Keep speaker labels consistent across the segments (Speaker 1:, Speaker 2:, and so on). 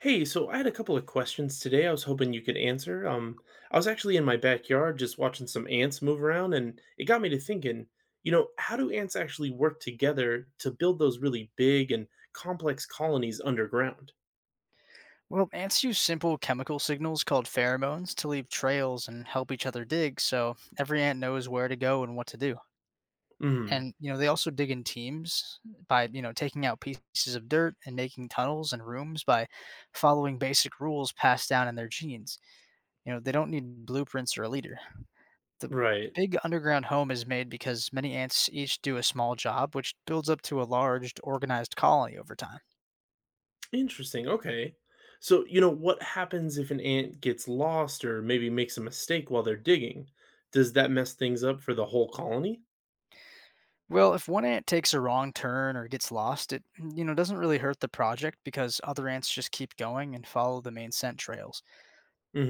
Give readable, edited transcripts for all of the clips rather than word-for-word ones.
Speaker 1: Hey, so I had a couple of questions today I was hoping you could answer. I was actually in my backyard just watching some ants move around, and it got me to thinking, you know, how do ants actually work together to build those really big and complex colonies underground?
Speaker 2: Well, ants use simple chemical signals called pheromones to leave trails and help each other dig, so every ant knows where to go and what to do.
Speaker 1: Hmm.
Speaker 2: And, you know, they also dig in teams by, you know, taking out pieces of dirt and making tunnels and rooms by following basic rules passed down in their genes. You know, they don't need blueprints or a leader. The
Speaker 1: Right.
Speaker 2: big underground home is made because many ants each do a small job, which builds up to a large, organized colony over time.
Speaker 1: Interesting. Okay. So, you know, what happens if an ant gets lost or maybe makes a mistake while they're digging? Does that mess things up for the whole colony?
Speaker 2: Well, if one ant takes a wrong turn or gets lost, it doesn't really hurt the project because other ants just keep going and follow the main scent trails.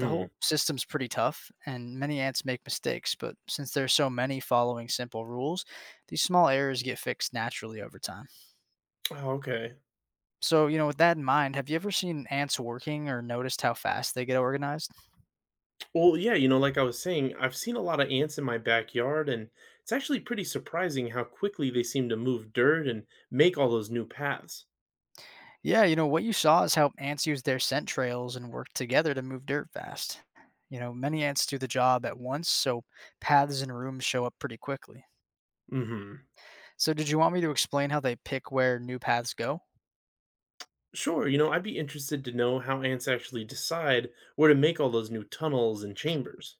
Speaker 2: The whole system's pretty tough, and many ants make mistakes, but since there's so many following simple rules, these small errors get fixed naturally over time.
Speaker 1: Oh, okay.
Speaker 2: So, you know, with that in mind, have you ever seen ants working or noticed how fast they get organized?
Speaker 1: Well, yeah, you know, like I was saying, I've seen a lot of ants in my backyard, and it's actually pretty surprising how quickly they seem to move dirt and make all those new paths.
Speaker 2: Yeah, you know, what you saw is how ants use their scent trails and work together to move dirt fast. You know, many ants do the job at once, so paths and rooms show up pretty quickly.
Speaker 1: Hmm.
Speaker 2: So, did you want me to explain how they pick where new paths go?
Speaker 1: Sure, you know, I'd be interested to know how ants actually decide where to make all those new tunnels and chambers.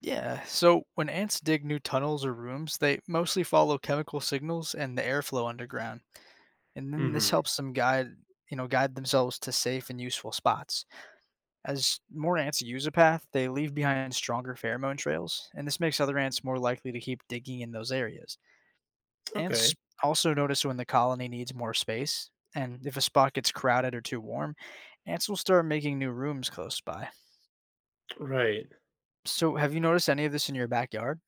Speaker 2: Yeah, so when ants dig new tunnels or rooms, they mostly follow chemical signals and the airflow underground. And then this
Speaker 1: Hmm.
Speaker 2: helps them you know, guide themselves to safe and useful spots. As more ants use a path, they leave behind stronger pheromone trails, and this makes other ants more likely to keep digging in those areas. Ants
Speaker 1: Okay,
Speaker 2: also notice when the colony needs more space, and if a spot gets crowded or too warm, ants will start making new rooms close by.
Speaker 1: right.
Speaker 2: So, have you noticed any of this in your backyard?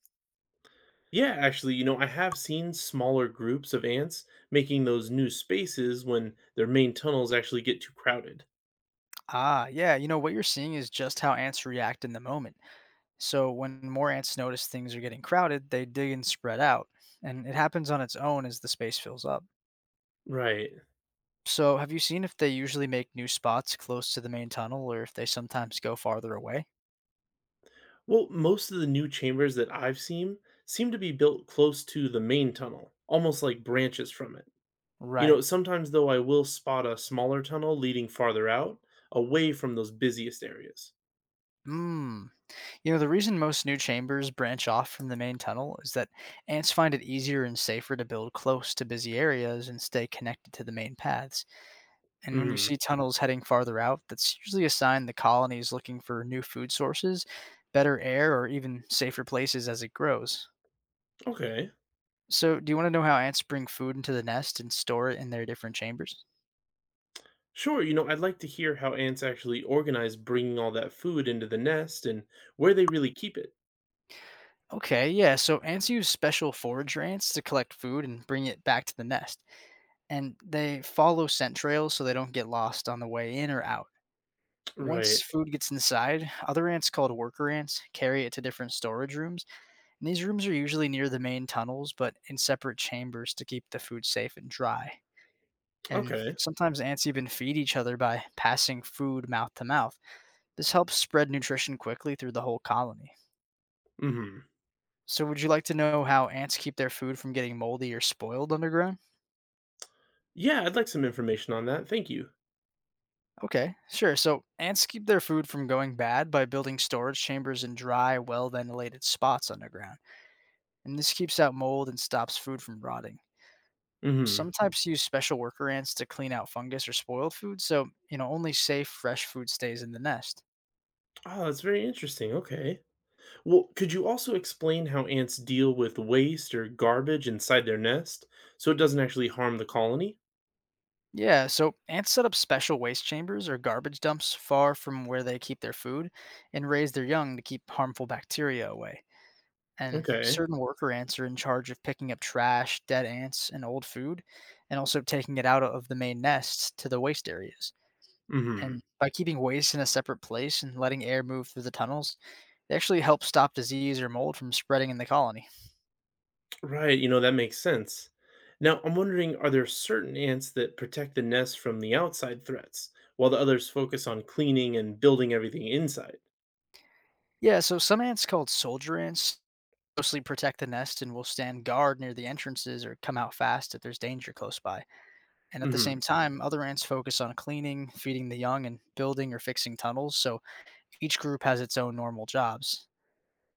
Speaker 1: Yeah, actually, you know, I have seen smaller groups of ants making those new spaces when their main tunnels actually get too crowded.
Speaker 2: Ah, yeah, you know, what you're seeing is just how ants react in the moment. So, when more ants notice things are getting crowded, they dig and spread out, and it happens on its own as the space fills up.
Speaker 1: Right.
Speaker 2: So, have you seen if they usually make new spots close to the main tunnel or if they sometimes go farther away?
Speaker 1: Well, most of the new chambers that I've seen seem to be built close to the main tunnel, almost like branches from it. You
Speaker 2: Right.
Speaker 1: know, sometimes though I will spot a smaller tunnel leading farther out, away from those busiest areas.
Speaker 2: Hmm. You know, the reason most new chambers branch off from the main tunnel is that ants find it easier and safer to build close to busy areas and stay connected to the main paths. And when you
Speaker 1: Mhm.
Speaker 2: see tunnels heading farther out, that's usually a sign the colony is looking for new food sources, better air, or even safer places as it grows.
Speaker 1: Okay.
Speaker 2: So, do you want to know how ants bring food into the nest and store it in their different chambers?
Speaker 1: Sure, you know, I'd like to hear how ants actually organize bringing all that food into the nest and where they really keep it.
Speaker 2: Okay, yeah. So ants use special forage rants to collect food and bring it back to the nest. And they follow scent trails so they don't get lost on the way in or out. Once
Speaker 1: Right.
Speaker 2: food gets inside, other ants called worker ants carry it to different storage rooms. And these rooms are usually near the main tunnels, but in separate chambers to keep the food safe and dry. And
Speaker 1: Okay.
Speaker 2: sometimes ants even feed each other by passing food mouth to mouth. This helps spread nutrition quickly through the whole colony.
Speaker 1: Mhm.
Speaker 2: So would you like to know how ants keep their food from getting moldy or spoiled underground?
Speaker 1: Yeah, I'd like some information on that. Thank you.
Speaker 2: Okay, sure. So ants keep their food from going bad by building storage chambers in dry, well ventilated spots underground, and this keeps out mold and stops food from rotting.
Speaker 1: Mhm.
Speaker 2: Some types use special worker ants to clean out fungus or spoiled food, so you know only safe fresh food stays in the nest.
Speaker 1: Oh, that's very interesting. Okay. Well, could you also explain how ants deal with waste or garbage inside their nest so it doesn't actually harm the colony?
Speaker 2: Yeah, so ants set up special waste chambers or garbage dumps far from where they keep their food and raise their young to keep harmful bacteria away. And
Speaker 1: Okay.
Speaker 2: certain worker ants are in charge of picking up trash, dead ants, and old food, and also taking it out of the main nests to the waste areas.
Speaker 1: Hmm.
Speaker 2: And by keeping waste in a separate place and letting air move through the tunnels, they actually help stop disease or mold from spreading in the colony.
Speaker 1: Right, you know, that makes sense. Now, I'm wondering, are there certain ants that protect the nest from the outside threats while the others focus on cleaning and building everything inside?
Speaker 2: Yeah, so some ants called soldier ants mostly protect the nest and will stand guard near the entrances or come out fast if there's danger close by. And at the
Speaker 1: Hmm.
Speaker 2: same time, other ants focus on cleaning, feeding the young, and building or fixing tunnels, so each group has its own normal jobs.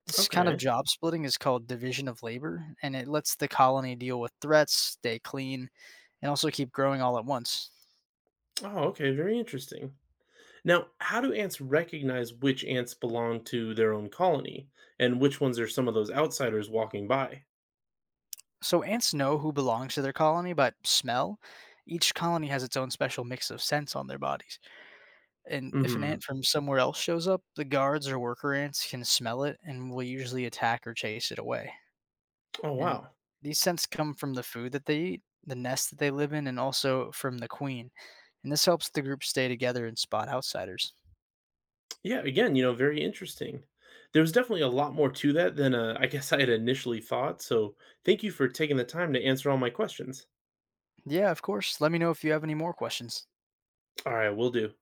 Speaker 2: This kind of
Speaker 1: Okay.
Speaker 2: job splitting is called division of labor, and it lets the colony deal with threats, stay clean, and also keep growing all at once.
Speaker 1: Oh, okay. Very interesting. Now, how do ants recognize which ants belong to their own colony and which ones are some of those outsiders walking by?
Speaker 2: So ants know who belongs to their colony by smell. Each colony has its own special mix of scents on their bodies. And if an
Speaker 1: Hmm.
Speaker 2: ant from somewhere else shows up, the guards or worker ants can smell it and will usually attack or chase it away.
Speaker 1: Oh,
Speaker 2: And
Speaker 1: wow.
Speaker 2: these scents come from the food that they eat, the nest that they live in, and also from the queen. And this helps the group stay together and spot outsiders.
Speaker 1: Yeah, again, you know, very interesting. There was definitely a lot more to that than, I guess I had initially thought, so thank you for taking the time to answer all my questions.
Speaker 2: Yeah, of course. Let me know if you have any more questions.
Speaker 1: All right, will do.